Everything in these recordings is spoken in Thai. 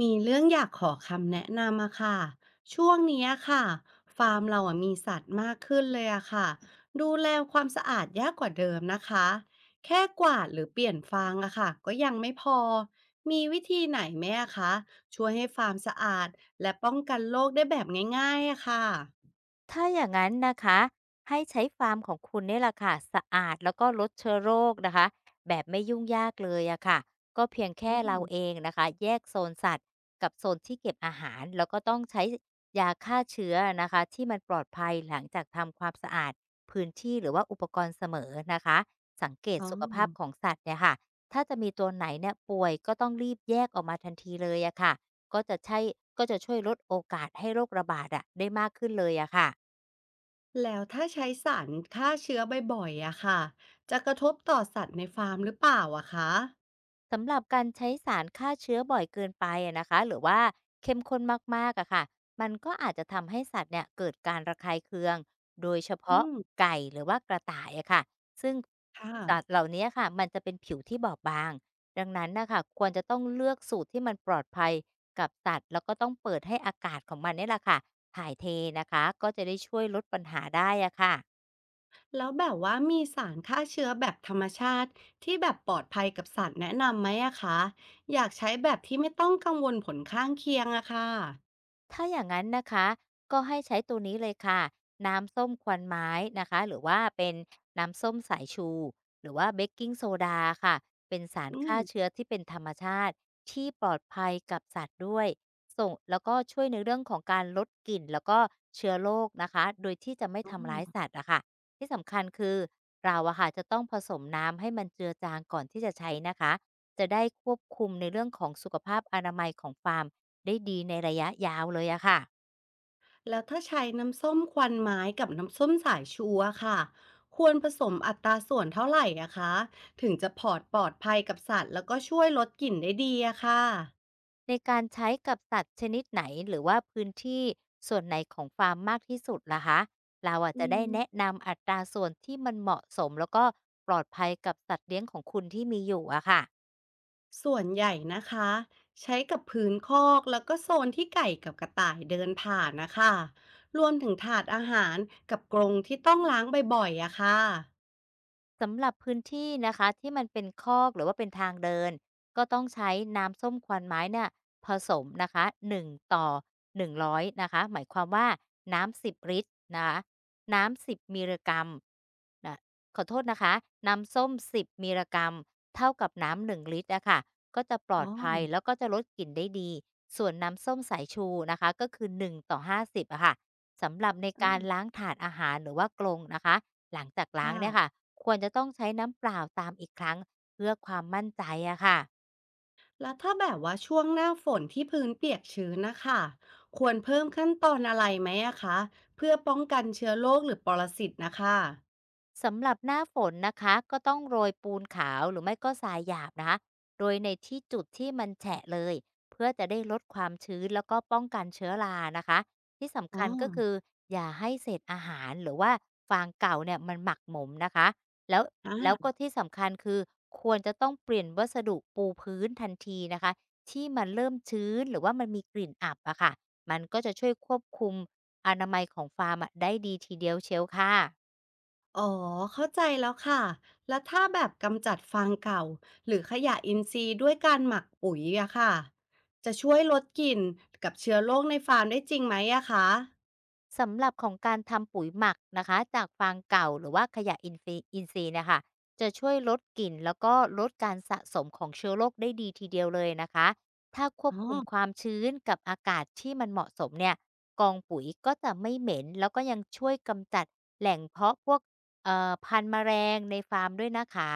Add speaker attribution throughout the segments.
Speaker 1: มีเรื่องอยากขอคำแนะนำอะค่ะช่วงเนี้ยค่ะฟาร์มเราอะมีสัตว์มากขึ้นเลยอะค่ะดูแลความสะอาดยากกว่าเดิมนะคะแค่กวาดหรือเปลี่ยนฟางอะค่ะก็ยังไม่พอมีวิธีไหนไหมอะคะช่วยให้ฟาร์มสะอาดและป้องกันโรคได้แบบง่ายๆอะค่ะ
Speaker 2: ถ้าอย่างนั้นนะคะให้ใช้ฟาร์มของคุณเนี่ยแหละค่ะสะอาดแล้วก็ลดเชื้อโรคนะคะแบบไม่ยุ่งยากเลยอะค่ะก็เพียง
Speaker 1: อื
Speaker 2: แค่เรา
Speaker 1: ม
Speaker 2: เองนะคะแยกโซนสัตว์กับโซนที่เก็บอาหารแล้วก็ต้องใช้ยาฆ่าเชื้อนะคะที่มันปลอดภัยหลังจากทำความสะอาดพื้นที่หรือว่าอุปกรณ์เสมอนะคะสังเกต
Speaker 1: อ๋อ
Speaker 2: สุขภาพของสัตว์เนี่ยค่ะถ้าจะมีตัวไหนเนี่ยป่วยก็ต้องรีบแยกออกมาทันทีเลยอะค่ะก็จะใช่ก็จะช่วยลดโอกาสให้โรคระบาดอะได้มากขึ้นเลยอะค่ะ
Speaker 1: แล้วถ้าใช้สารฆ่าเชื้อบ่อยๆอะค่ะจะกระทบต่อสัตว์ในฟาร์มหรือเปล่าอะคะ
Speaker 2: สำหรับการใช้สารฆ่าเชื้อบ่อยเกินไปอะนะคะหรือว่าเข้มข้นมากๆอะค่ะมันก็อาจจะทำให้สัตว์เนี่ยเกิดการระคายเคืองโดยเฉ
Speaker 1: อื
Speaker 2: พาะ
Speaker 1: ม
Speaker 2: ไก่หรือว่ากระต่ายอะค่ะซึ่ง
Speaker 1: ค่ะ
Speaker 2: สัตว์เหล่านี้ค่ะมันจะเป็นผิวที่บอบบางดังนั้นนะคะควรจะต้องเลือกสูตรที่มันปลอดภัยกับสัตว์แล้วก็ต้องเปิดให้อากาศของมันเนี่ยแหละค่ะถ่ายเทนะคะก็จะได้ช่วยลดปัญหาได้อะค่ะ
Speaker 1: แล้วแบบว่ามีสารฆ่าเชื้อแบบธรรมชาติที่แบบปลอดภัยกับสัตว์แนะนำไหมอะคะอยากใช้แบบที่ไม่ต้องกังวลผลข้างเคียงอะค่ะ
Speaker 2: ถ้าอย่างนั้นนะคะก็ให้ใช้ตัวนี้เลยค่ะน้ำส้มควันไม้นะคะหรือว่าเป็นน้ำส้มสายชูหรือว่าเบกกิงโซดาค่ะเป็นสาร
Speaker 1: อื
Speaker 2: ฆ่า
Speaker 1: ม
Speaker 2: เชื้อที่เป็นธรรมชาติที่ปลอดภัยกับสัตว์ด้วยส่งแล้วก็ช่วยในเรื่องของการลดกลิ่นแล้วก็เชื้อโรคนะคะโดยที่จะไม่ทำร้ายสัตว์อะค่ะที่สำคัญคือเราอะค่ะจะต้องผสมน้ำให้มันเจือจางก่อนที่จะใช้นะคะจะได้ควบคุมในเรื่องของสุขภาพอนามัยของฟาร์ม ได้ดีในระยะยาวเลยอะค่ะ
Speaker 1: แล้วถ้าใช้น้ำส้มควันไม้กับน้ำส้มสายชูอะค่ะควรผสมอัตราส่วนเท่าไหร่อะคะถึงจะปลอดปลอดภัยกับสัตว์แล้วก็ช่วยลดกลิ่นได้ดีอะค่ะ
Speaker 2: ในการใช้กับสัตว์ชนิดไหนหรือว่าพื้นที่ส่วนไหนของฟาร์มมากที่สุดล่ะคะเราอาจ
Speaker 1: อื
Speaker 2: จะได้
Speaker 1: ม
Speaker 2: แนะนำอัตราส่วนที่มันเหมาะสมแล้วก็ปลอดภัยกับสัตว์เลี้ยงของคุณที่มีอยู่อะค่ะ
Speaker 1: ส่วนใหญ่นะคะใช้กับพื้นคอกแล้วก็โซนที่ไก่กับกระต่ายเดินผ่านนะคะรวมถึงถาดอาหารกับกรงที่ต้องล้างบ่อยๆอะค่ะ
Speaker 2: สำหรับพื้นที่นะคะที่มันเป็นคอกหรือว่าเป็นทางเดินก็ต้องใช้น้ำส้มควันไม้เนี่ยผสมนะคะ1ต่อ100นงร้อยนะคะหมายความว่าน้ำ10 ลิตรนะคะน้ำสิบมิลลิกรัมนะขอโทษนะคะน้ำส้มสิบมิลลิกรัมเท่ากับน้ำ1ลิตรอะค่ะก็จะปลอด
Speaker 1: อ๋อ
Speaker 2: ภัยแล้วก็จะลดกลิ่นได้ดีส่วนน้ำส้มสายชูนะคะก็คือ1ต่อ50อะค่ะสำหรับใน
Speaker 1: อื
Speaker 2: การ
Speaker 1: ม
Speaker 2: ล้างถาดอาหารหรือว่ากรงนะคะ หลังจากล้างเนี่ยค่ะ
Speaker 1: ค่ะ
Speaker 2: ควรจะต้องใช้น้ำเปล่าตามอีกครั้งเพื่อความมั่นใจอะค่ะ
Speaker 1: แล้วถ้าแบบว่าช่วงหน้าฝนที่พื้นเปียกชื้นนะคะควรเพิ่มขั้นตอนอะไรไหมอะคะเพื่อป้องกันเชื้อโรคหรือปรสิตนะคะ
Speaker 2: สำหรับหน้าฝนนะคะก็ต้องโรยปูนขาวหรือไม่ก็ทรายหยาบนะคะโรยในที่จุดที่มันแฉะเลยเพื่อจะได้ลดความชื้นแล้วก็ป้องกันเชื้อรานะคะที่สำ
Speaker 1: อ๋อ
Speaker 2: คัญก็คืออย่าให้เศษอาหารหรือว่าฟางเก่าเนี่ยมันหมักหมมนะคะแล้ว
Speaker 1: อ่า
Speaker 2: แล้วก็ที่สำคัญคือควรจะต้องเปลี่ยนวัสดุปูพื้นทันทีนะคะที่มันเริ่มชื้นหรือว่ามันมีกลิ่นอับอะค่ะมันก็จะช่วยควบคุมอนามัยของฟาร์มอะได้ดีทีเดียวเชียวค่ะ
Speaker 1: อ๋อเข้าใจแล้วค่ะ แล้วถ้าแบบกำจัดฟางเก่าหรือขยะอินทรีย์ด้วยการหมักปุ๋ยอะค่ะจะช่วยลดกลิ่นกับเชื้อโรคในฟาร์มได้จริงไหมอะคะ
Speaker 2: สำหรับของการทำปุ๋ยหมักนะคะจากฟางเก่าหรือว่าขยะอินทรีย์อินทรีย์เนยคะจะช่วยลดกลิ่นแล้วก็ลดการสะสมของเชื้อโรคได้ดีทีเดียวเลยนะคะถ้าควบ
Speaker 1: อ๋อ
Speaker 2: คุมความชื้นกับอากาศที่มันเหมาะสมเนี่ยกองปุ๋ยก็จะไม่เหม็นแล้วก็ยังช่วยกำจัดแหล่งเพาะพวกพันธุ์แมลงในฟาร์มด้วยนะคะ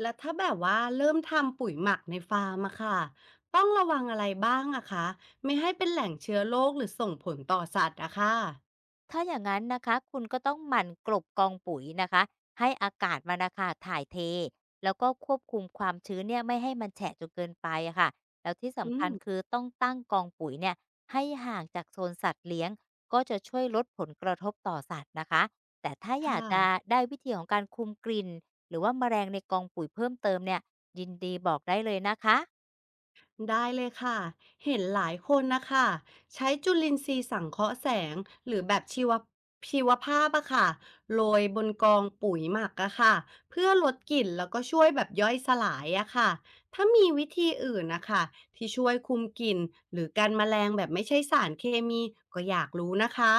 Speaker 1: แล้วถ้าแบบว่าเริ่มทำปุ๋ยหมักในฟาร์มอะค่ะต้องระวังอะไรบ้างอะคะไม่ให้เป็นแหล่งเชื้อโรคหรือส่งผลต่อสัตว์อะค่ะ
Speaker 2: ถ้าอย่างนั้นนะคะคุณก็ต้องหมั่นกลบกองปุ๋ยนะคะให้อากาศมันนะคะถ่ายเทแล้วก็ควบคุมความชื้นเนี่ยไม่ให้มันแฉะจนเกินไปอะค่ะแล้วที่
Speaker 1: อื
Speaker 2: สำคั
Speaker 1: ม
Speaker 2: ญคือต้องตั้งกองปุ๋ยเนี่ยให้ห่างจากโซนสัตว์เลี้ยงก็จะช่วยลดผลกระทบต่อสัตว์นะคะแต่ถ้าอยาก
Speaker 1: ค่ะ
Speaker 2: จะได้วิธีของการคุมกลิ่นหรือว่าแมลงในกองปุ๋ยเพิ่มเติมเนี่ยยินดีบอกได้เลยนะคะ
Speaker 1: ได้เลยค่ะ เห็นหลายคนนะคะใช้จุลินทรีย์สังเคราะห์แสงหรือแบบชีวชีวภาพอะค่ะโรยบนกองปุ๋ยหมักอะค่ะเพื่อลดกลิ่นแล้วก็ช่วยแบบย่อยสลายอะค่ะถ้ามีวิธีอื่นนะคะที่ช่วยคุมกลิ่นหรือกันแมลงแบบไม่ใช่สารเคมีก็อยากรู้นะคะ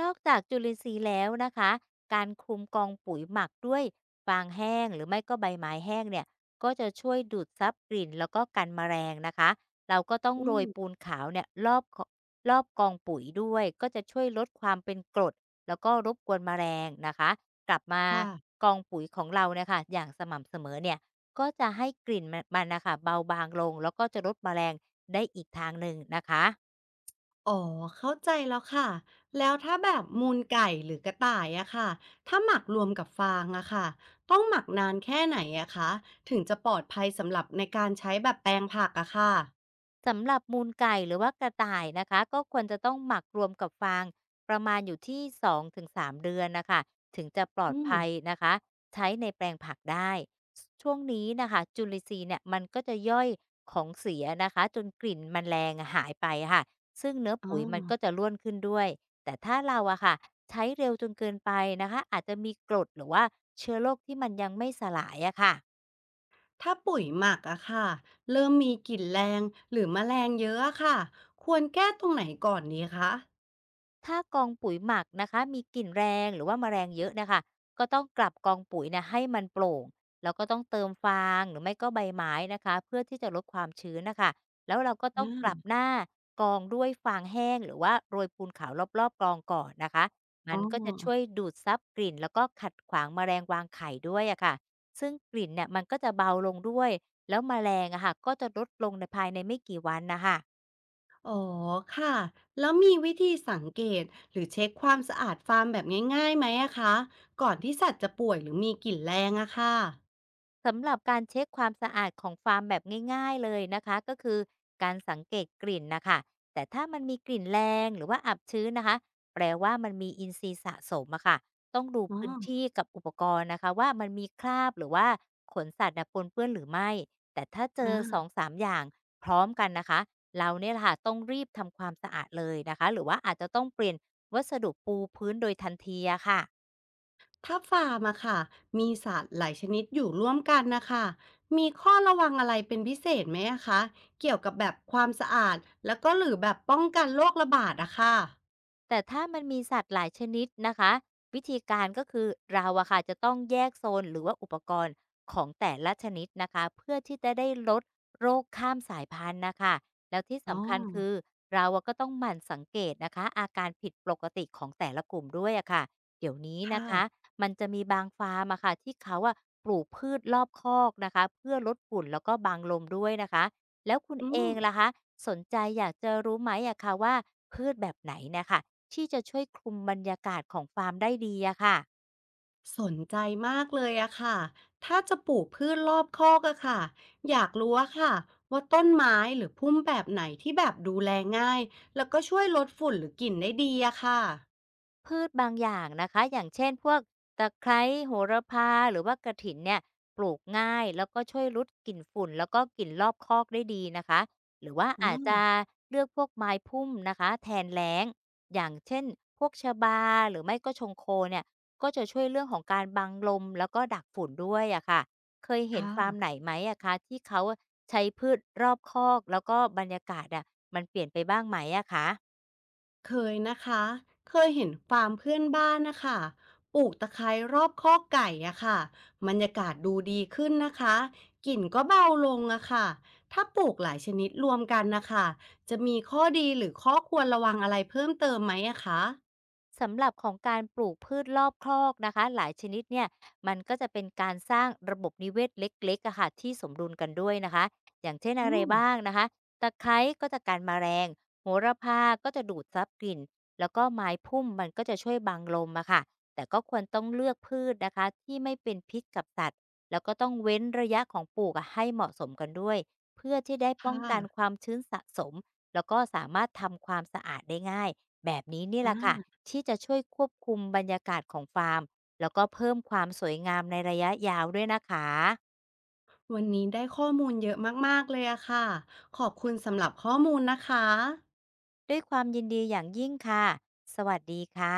Speaker 2: นอกจากจุลินทรีย์แล้วนะคะการคลุมกองปุ๋ยหมักด้วยฟางแห้งหรือไม่ก็ใบไม้แห้งเนี่ยก็จะช่วยดูดซับกลิ่นแล้วก็กันแมลงนะคะเราก็ต้อง
Speaker 1: อื
Speaker 2: โร
Speaker 1: ม
Speaker 2: ยปูนขาวเนี่ยรอบกองปุ๋ยด้วยก็จะช่วยลดความเป็นกรดแล้วก็รบกวนแมลงนะคะกลับมา
Speaker 1: ค่ะ
Speaker 2: กองปุ๋ยของเราเนี่ยค่ะอย่างสม่ำเสมอเนี่ยก็จะให้กลิ่นมันนะคะเบาบางลงแล้วก็จะลดแมลงได้อีกทางหนึ่งนะคะ
Speaker 1: อ๋อเข้าใจแล้วค่ะแล้วถ้าแบบมูลไก่หรือกระต่ายอะค่ะถ้าหมักรวมกับฟางอะค่ะต้องหมักนานแค่ไหนอะคะถึงจะปลอดภัยสำหรับในการใช้แบบแปลงผักอะค่ะ
Speaker 2: สำหรับมูลไก่หรือว่ากระต่ายนะคะก็ควรจะต้องหมักรวมกับฟางประมาณอยู่ที่2-3 เดือนเดือนนะคะถึงจะปลอด
Speaker 1: อืม
Speaker 2: ภัยนะคะใช้ในแปลงผักได้ช่วงนี้นะคะจุลินทรีย์เนี่ยมันก็จะย่อยของเสียนะคะจนกลิ่นมันแรงหายไปค่ะซึ่งเนื้อ
Speaker 1: อ๋อ
Speaker 2: ปุ๋ยมันก็จะร่วนขึ้นด้วยแต่ถ้าเราอะค่ะใช้เร็วจนเกินไปนะคะอาจจะมีกรดหรือว่าเชื้อโรคที่มันยังไม่สลายอะค่ะ
Speaker 1: ถ้าปุ๋ยหมักอะค่ะเริ่มมีกลิ่นแรงหรือแมลงเยอะอะค่ะควรแก้ตรงไหนก่อนดีคะ
Speaker 2: ถ้ากองปุ๋ยหมักนะคะมีกลิ่นแรงหรือว่าแมลงเยอะนะคะก็ต้องกลับกองปุ๋ยนะให้มันโปร่งแล้วก็ต้องเติมฟางหรือไม่ก็ใบไม้นะคะเพื่อที่จะลดความชื้นนะคะแล้วเราก็ต้อ
Speaker 1: อ่
Speaker 2: งกลับ
Speaker 1: า
Speaker 2: หน้ากองด้วยฟางแห้งหรือว่าโรยปูนขาวรอบๆกองก่อนนะคะมั
Speaker 1: อ๋อ
Speaker 2: นก็จะช่วยดูดซับกลิ่นแล้วก็ขัดขวางแมลงวางไข่ด้วยอะค่ะซึ่งกลิ่นเนี่ยมันก็จะเบาลงด้วยแล้วแมลงอะค่ะก็จะลดลงในภายในไม่กี่วันนะคะ
Speaker 1: อ๋อค่ะแล้วมีวิธีสังเกตหรือเช็คความสะอาดฟาร์มแบบง่ายๆไหมอะคะก่อนที่สัตว์จะป่วยหรือมีกลิ่นแรงอะค่ะ
Speaker 2: สำหรับการเช็คความสะอาดของฟาร์มแบบง่ายๆเลยนะคะก็คือการสังเกตกลิ่นนะคะแต่ถ้ามันมีกลิ่นแรงหรือว่าอับชื้นนะคะแปลว่ามันมีอินทรีย์สะสมอะค่ะต้องดู
Speaker 1: อ๋อ
Speaker 2: พื้นที่กับอุปกรณ์นะคะว่ามันมีคราบหรือว่าขนสัตว์น่ะปนเปื้อนหรือไม่แต่ถ้าเจ
Speaker 1: อ่
Speaker 2: อสอง
Speaker 1: า
Speaker 2: สามอย่างพร้อมกันนะคะเราเนี่ยแหละค่ะต้องรีบทำความสะอาดเลยนะคะหรือว่าอาจจะต้องเปลี่ยนวัสดุปูพื้นโดยทันทีอะค่ะ
Speaker 1: ถ้าฟาร์มอะค่ะมีสัตว์หลายชนิดอยู่ร่วมกันนะคะมีข้อระวังอะไรเป็นพิเศษไหมอะคะเกี่ยวกับแบบความสะอาดแล้วก็หรือแบบป้องกันโรคระบาดอะค่ะ
Speaker 2: แต่ถ้ามันมีสัตว์หลายชนิดนะคะวิธีการก็คือเราอะค่ะจะต้องแยกโซนหรือว่าอุปกรณ์ของแต่ละชนิดนะคะเพื่อที่จะได้ลดโรคข้ามสายพันธุ์นะคะแล้วที่
Speaker 1: อ๋อ
Speaker 2: สำคัญคือเราอะก็ต้องหมั่นสังเกตนะคะอาการผิดปกติของแต่ละกลุ่มด้วยอะค่ะเดี๋ยวนี้นะ
Speaker 1: ค่ะ
Speaker 2: คะมันจะมีบางฟาร์มอะค่ะที่เขาอะปลูกพืชรอบคอกนะคะเพื่อลดฝุ่นแล้วก็บางลมด้วยนะคะแล้วคุณ
Speaker 1: อื
Speaker 2: เอ
Speaker 1: ม
Speaker 2: งล่ะคะสนใจอยากจะรู้ไหมอะคะว่าพืชแบบไหนนะคะ ที่จะช่วยคุมบรรยากาศของฟาร์มได้ดีอะค่ะ
Speaker 1: สนใจมากเลยอะค่ะถ้าจะปลูกพืชรอบคอกอะค่ะอยากรู้อะค่ะว่าต้นไม้หรือพุ่มแบบไหนที่แบบดูแลง่ายแล้วก็ช่วยลดฝุ่นหรือกลิ่นได้ดีอะค่ะ
Speaker 2: พืชบางอย่างนะคะอย่างเช่นพวกตะไคร้โหระพาหรือว่ากระถินเนี่ยปลูกง่ายแล้วก็ช่วยลดกลิ่นฝุ่นแล้วก็กลิ่นรอบคอกได้ดีนะคะหรือว่า
Speaker 1: อ๋
Speaker 2: อาจจะ
Speaker 1: อ
Speaker 2: เลือกพวกไม้พุ่มนะคะแทนแล้งอย่างเช่นพวกชะบาหรือไม่ก็ชงโคเนี่ยก็จะช่วยเรื่องของการบังลมแล้วก็ดักฝุ่นด้วยอะค่ะเคย
Speaker 1: ค
Speaker 2: เห็นฟาร์มไห
Speaker 1: ่ะ
Speaker 2: นไหมอะคะที่เขาใช้พืชรอบคอกแล้วก็บรรยากาศอะมันเปลี่ยนไปบ้างไหมอะคะ
Speaker 1: เคยนะคะเคยเห็นฟาร์มเพื่อนบ้านนะคะปลูกตะไคร้รอบคอกไก่อะค่ะบรรยากาศดูดีขึ้นนะคะกลิ่นก็เบาลงอะค่ะถ้าปลูกหลายชนิดรวมกันนะคะจะมีข้อดีหรือข้อควรระวังอะไรเพิ่มเติมไหมอะคะ
Speaker 2: สำหรับของการปลูกพืชรอบคอกนะคะหลายชนิดเนี่ยมันก็จะเป็นการสร้างระบบนิเวศเล็กๆอะค่ะที่สมดุลกันด้วยนะคะอย่างเช่นอะ
Speaker 1: อื
Speaker 2: ไร
Speaker 1: ม
Speaker 2: บ้างนะคะตะไคร้ก็จะกันแมลงโหระพาก็จะดูดซับกลิ่นแล้วก็ไม้พุ่มมันก็จะช่วยบังลมอะค่ะแต่ก็ควรต้องเลือกพืชนะคะที่ไม่เป็นพิษกับสัตว์แล้วก็ต้องเว้นระยะของปลูกอะให้เหมาะสมกันด้วยเพื่อที่ได้ป้อ
Speaker 1: ค่ะ
Speaker 2: งกันความชื้นสะสมแล้วก็สามารถทำความสะอาดได้ง่ายแบบนี้นี่แหละค่ะ
Speaker 1: อา
Speaker 2: ที่จะช่วยควบคุมบรรยากาศของฟาร์มแล้วก็เพิ่มความสวยงามในระยะยาวด้วยนะคะ
Speaker 1: วันนี้ได้ข้อมูลเยอะมากๆเลยอะค่ะ ขอบคุณสำหรับข้อมูลนะคะ
Speaker 2: ด้วยความยินดีอย่างยิ่งค่ะสวัสดีค่ะ